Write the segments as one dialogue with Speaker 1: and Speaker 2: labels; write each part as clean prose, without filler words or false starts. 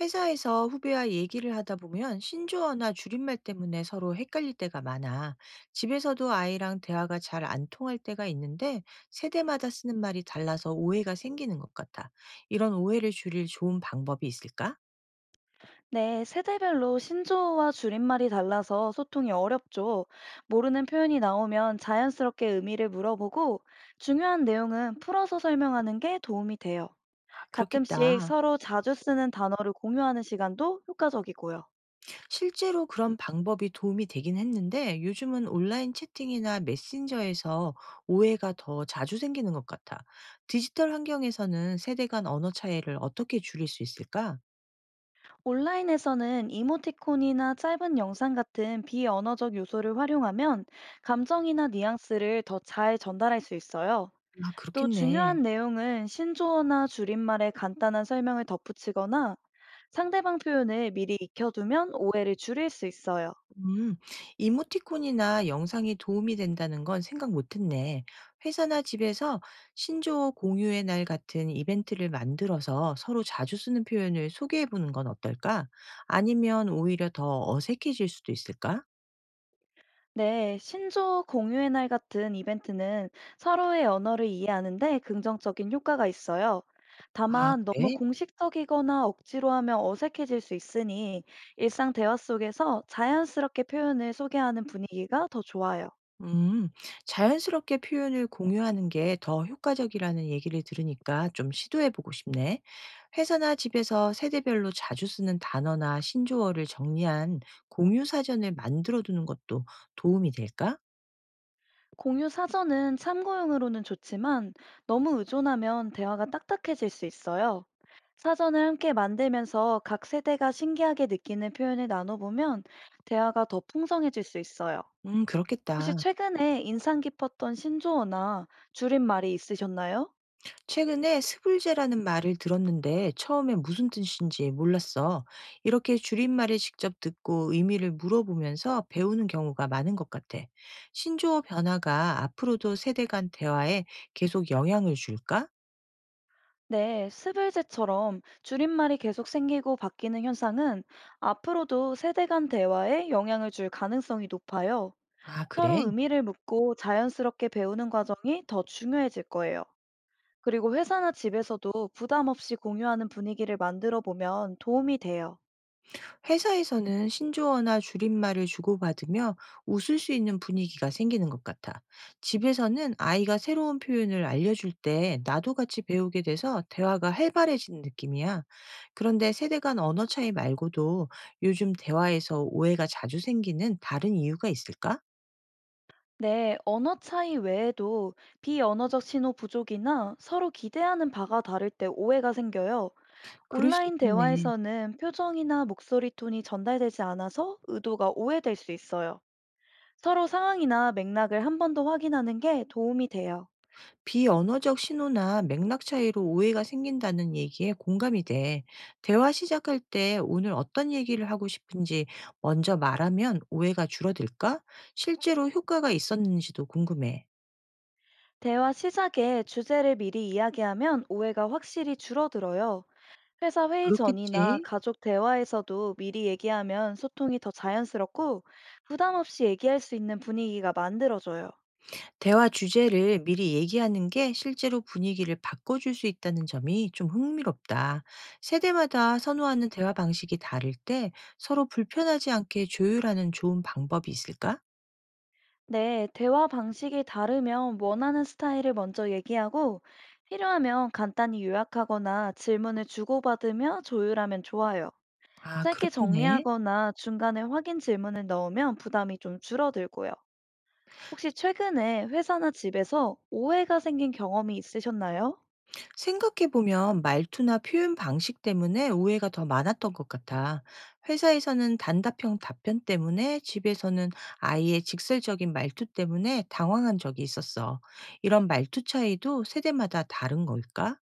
Speaker 1: 회사에서 후배와 얘기를 하다 보면 신조어나 줄임말 때문에 서로 헷갈릴 때가 많아. 집에서도 아이랑 대화가 잘 안 통할 때가 있는데 세대마다 쓰는 말이 달라서 오해가 생기는 것 같아. 이런 오해를 줄일 좋은 방법이 있을까?
Speaker 2: 네, 세대별로 신조어와 줄임말이 달라서 소통이 어렵죠. 모르는 표현이 나오면 자연스럽게 의미를 물어보고 중요한 내용은 풀어서 설명하는 게 도움이 돼요.
Speaker 1: 아,
Speaker 2: 가끔씩
Speaker 1: 그렇겠다.
Speaker 2: 서로 자주 쓰는 단어를 공유하는 시간도 효과적이고요.
Speaker 1: 실제로 그런 방법이 도움이 되긴 했는데 요즘은 온라인 채팅이나 메신저에서 오해가 더 자주 생기는 것 같아. 디지털 환경에서는 세대 간 언어 차이를 어떻게 줄일 수 있을까?
Speaker 2: 온라인에서는 이모티콘이나 짧은 영상 같은 비언어적 요소를 활용하면 감정이나 뉘앙스를 더 잘 전달할 수 있어요.
Speaker 1: 아,
Speaker 2: 또
Speaker 1: 그렇겠네.
Speaker 2: 중요한 내용은 신조어나 줄임말에 간단한 설명을 덧붙이거나 상대방 표현을 미리 익혀두면 오해를 줄일 수 있어요.
Speaker 1: 음, 이모티콘이나 영상이 도움이 된다는 건 생각 못했네. 회사나 집에서 신조어 공유의 날 같은 이벤트를 만들어서 서로 자주 쓰는 표현을 소개해 보는 건 어떨까? 아니면 오히려 더 어색해질 수도 있을까?
Speaker 2: 네, 신조어 공유의 날 같은 이벤트는 서로의 언어를 이해하는데 긍정적인 효과가 있어요.
Speaker 1: 아,
Speaker 2: 다만 너무
Speaker 1: 그래?
Speaker 2: 공식적이거나 억지로 하면 어색해질 수 있으니 일상 대화 속에서 자연스럽게 표현을 소개하는 분위기가 더 좋아요.
Speaker 1: 음, 자연스럽게 표현을 공유하는 게 더 효과적이라는 얘기를 들으니까 좀 시도해 보고 싶네. 회사나 집에서 세대별로 자주 쓰는 단어나 신조어를 정리한 공유 사전을 만들어 두는 것도 도움이 될까?
Speaker 2: 공유 사전은 참고용으로는 좋지만 너무 의존하면 대화가 딱딱해질 수 있어요. 사전을 함께 만들면서 각 세대가 신기하게 느끼는 표현을 나눠보면 대화가 더 풍성해질 수 있어요. 혹시
Speaker 1: 그렇겠다.
Speaker 2: 최근에 인상 깊었던 신조어나 줄임말이 있으셨나요?
Speaker 1: 최근에 스불제라는 말을 들었는데 처음에 무슨 뜻인지 몰랐어. 이렇게 줄임말을 직접 듣고 의미를 물어보면서 배우는 경우가 많은 것 같아. 신조어 변화가 앞으로도 세대 간 대화에 계속 영향을 줄까?
Speaker 2: 네, 스블제처럼 줄임말이 계속 생기고 바뀌는 현상은 앞으로도 세대 간 대화에 영향을 줄 가능성이 높아요.
Speaker 1: 아,
Speaker 2: 서로
Speaker 1: 그래?
Speaker 2: 의미를 묻고 자연스럽게 배우는 과정이 더 중요해질 거예요. 그리고 회사나 집에서도 부담 없이 공유하는 분위기를 만들어 보면 도움이 돼요.
Speaker 1: 회사에서는 신조어나 줄임말을 주고받으며 웃을 수 있는 분위기가 생기는 것 같아. 집에서는 아이가 새로운 표현을 알려줄 때 나도 같이 배우게 돼서 대화가 활발해지는 느낌이야. 그런데 세대 간 언어 차이 말고도 요즘 대화에서 오해가 자주 생기는 다른 이유가 있을까?
Speaker 2: 네, 언어 차이 외에도 비언어적 신호 부족이나 서로 기대하는 바가 다를 때 오해가 생겨요.
Speaker 1: 그럴 수
Speaker 2: 온라인
Speaker 1: 있겠네.
Speaker 2: 대화에서는 표정이나 목소리 톤이 전달되지 않아서 의도가 오해될 수 있어요. 서로 상황이나 맥락을 한 번 더 확인하는 게 도움이 돼요.
Speaker 1: 비언어적 신호나 맥락 차이로 오해가 생긴다는 얘기에 공감이 돼. 대화 시작할 때 오늘 어떤 얘기를 하고 싶은지 먼저 말하면 오해가 줄어들까? 실제로 효과가 있었는지도 궁금해.
Speaker 2: 대화 시작에 주제를 미리 이야기하면 오해가 확실히 줄어들어요. 회사 회의 전이나
Speaker 1: 그렇겠지.
Speaker 2: 가족 대화에서도 미리 얘기하면 소통이 더 자연스럽고 부담 없이 얘기할 수 있는 분위기가 만들어져요.
Speaker 1: 대화 주제를 미리 얘기하는 게 실제로 분위기를 바꿔줄 수 있다는 점이 좀 흥미롭다. 세대마다 선호하는 대화 방식이 다를 때 서로 불편하지 않게 조율하는 좋은 방법이 있을까?
Speaker 2: 네, 대화 방식이 다르면 원하는 스타일을 먼저 얘기하고 필요하면 간단히 요약하거나 질문을 주고받으며 조율하면 좋아요.
Speaker 1: 아,
Speaker 2: 짧게
Speaker 1: 그렇겠네.
Speaker 2: 정리하거나 중간에 확인 질문을 넣으면 부담이 좀 줄어들고요. 혹시 최근에 회사나 집에서 오해가 생긴 경험이 있으셨나요?
Speaker 1: 생각해보면 말투나 표현 방식 때문에 오해가 더 많았던 것 같아. 회사에서는 단답형 답변 때문에, 집에서는 아이의 직설적인 말투 때문에 당황한 적이 있었어. 이런 말투 차이도 세대마다 다른 걸까?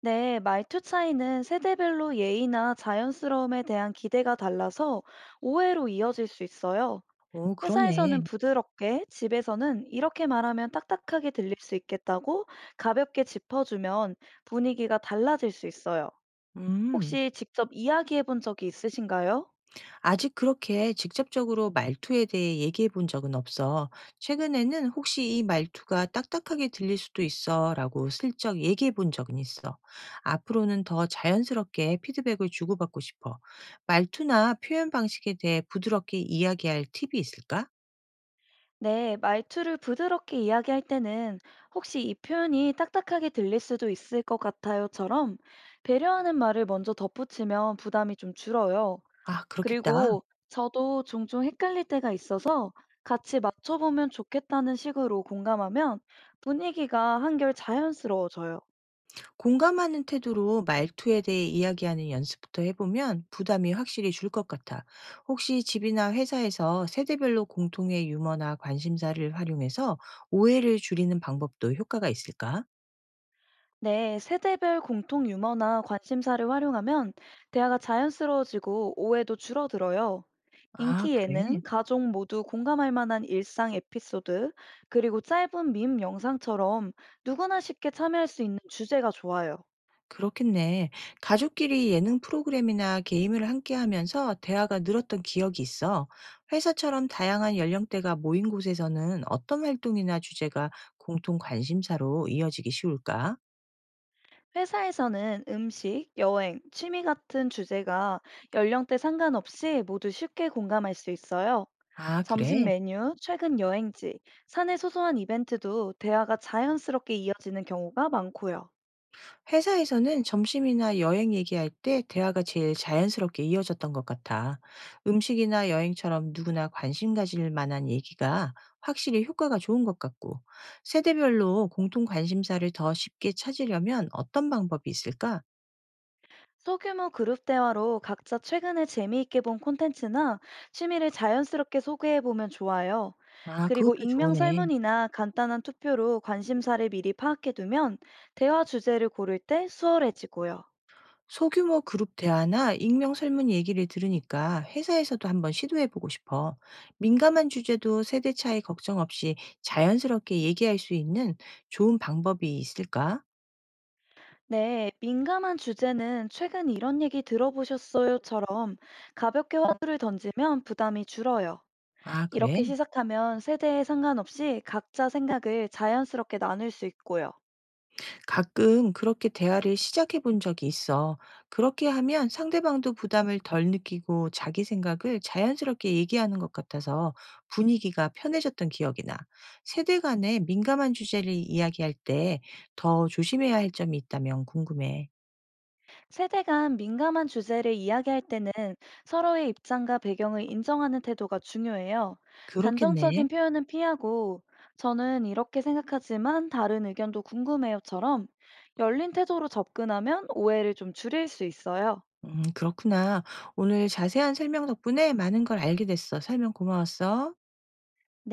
Speaker 2: 네, 말투 차이는 세대별로 예의나 자연스러움에 대한 기대가 달라서 오해로 이어질 수 있어요.
Speaker 1: 오, 그러네.
Speaker 2: 회사에서는 부드럽게, 집에서는 이렇게 말하면 딱딱하게 들릴 수 있겠다고 가볍게 짚어주면 분위기가 달라질 수 있어요.
Speaker 1: 음.
Speaker 2: 혹시 직접 이야기해 본 적이 있으신가요?
Speaker 1: 아직 그렇게 직접적으로 말투에 대해 얘기해 본 적은 없어. 최근에는 "혹시 이 말투가 딱딱하게 들릴 수도 있어."라고 슬쩍 얘기해 본 적은 있어. 앞으로는 더 자연스럽게 피드백을 주고받고 싶어. 말투나 표현 방식에 대해 부드럽게 이야기할 팁이 있을까?
Speaker 2: 네, 말투를 부드럽게 이야기할 때는 "혹시 이 표현이 딱딱하게 들릴 수도 있을 것 같아요처럼 배려하는 말을 먼저 덧붙이면 부담이 좀 줄어요.
Speaker 1: 아 그렇겠다.
Speaker 2: 그리고 저도 종종 헷갈릴 때가 있어서 같이 맞춰보면 좋겠다는 식으로 공감하면 분위기가 한결 자연스러워져요.
Speaker 1: 공감하는 태도로 말투에 대해 이야기하는 연습부터 해보면 부담이 확실히 줄 것 같아. 혹시 집이나 회사에서 세대별로 공통의 유머나 관심사를 활용해서 오해를 줄이는 방법도 효과가 있을까?
Speaker 2: 네, 세대별 공통 유머나 관심사를 활용하면 대화가 자연스러워지고 오해도 줄어들어요.
Speaker 1: 아,
Speaker 2: 인기 예능,
Speaker 1: 그래.
Speaker 2: 가족 모두 공감할 만한 일상 에피소드, 그리고 짧은 밈 영상처럼 누구나 쉽게 참여할 수 있는 주제가 좋아요.
Speaker 1: 그렇겠네. 가족끼리 예능 프로그램이나 게임을 함께 하면서 대화가 늘었던 기억이 있어. 회사처럼 다양한 연령대가 모인 곳에서는 어떤 활동이나 주제가 공통 관심사로 이어지기 쉬울까?
Speaker 2: 회사에서는 음식, 여행, 취미 같은 주제가 연령대 상관없이 모두 쉽게 공감할 수 있어요.
Speaker 1: 아,
Speaker 2: 점심
Speaker 1: 그래.
Speaker 2: 메뉴, 최근 여행지, 사내 소소한 이벤트도 대화가 자연스럽게 이어지는 경우가 많고요.
Speaker 1: 회사에서는 점심이나 여행 얘기할 때 대화가 제일 자연스럽게 이어졌던 것 같아. 음식이나 여행처럼 누구나 관심 가질 만한 얘기가 확실히 효과가 좋은 것 같고, 세대별로 공통 관심사를 더 쉽게 찾으려면 어떤 방법이 있을까?
Speaker 2: 소규모 그룹 대화로 각자 최근에 재미있게 본 콘텐츠나 취미를 자연스럽게 소개해보면 좋아요.
Speaker 1: 아,
Speaker 2: 그리고
Speaker 1: 그것도
Speaker 2: 익명
Speaker 1: 좋으네.
Speaker 2: 설문이나 간단한 투표로 관심사를 미리 파악해두면 대화 주제를 고를 때 수월해지고요.
Speaker 1: 소규모 그룹 대화나 익명 설문 얘기를 들으니까 회사에서도 한번 시도해 보고 싶어. 민감한 주제도 세대 차이 걱정 없이 자연스럽게 얘기할 수 있는 좋은 방법이 있을까?
Speaker 2: 네, 민감한 주제는 "최근 이런 얘기 들어보셨어요?"처럼 가볍게 화두를 던지면 부담이 줄어요.
Speaker 1: 아, 그래?
Speaker 2: 이렇게 시작하면 세대에 상관없이 각자 생각을 자연스럽게 나눌 수 있고요.
Speaker 1: 가끔 그렇게 대화를 시작해 본 적이 있어. 그렇게 하면 상대방도 부담을 덜 느끼고 자기 생각을 자연스럽게 얘기하는 것 같아서 분위기가 편해졌던 기억이 나. 세대 간의 민감한 주제를 이야기할 때 더 조심해야 할 점이 있다면 궁금해.
Speaker 2: 세대 간 민감한 주제를 이야기할 때는 서로의 입장과 배경을 인정하는 태도가 중요해요.
Speaker 1: 그렇겠네.
Speaker 2: 단정적인 표현은 피하고, "저는 이렇게 생각하지만 다른 의견도 궁금해요처럼 열린 태도로 접근하면 오해를 좀 줄일 수 있어요.
Speaker 1: 그렇구나. 오늘 자세한 설명 덕분에 많은 걸 알게 됐어. 설명 고마웠어.
Speaker 2: 네.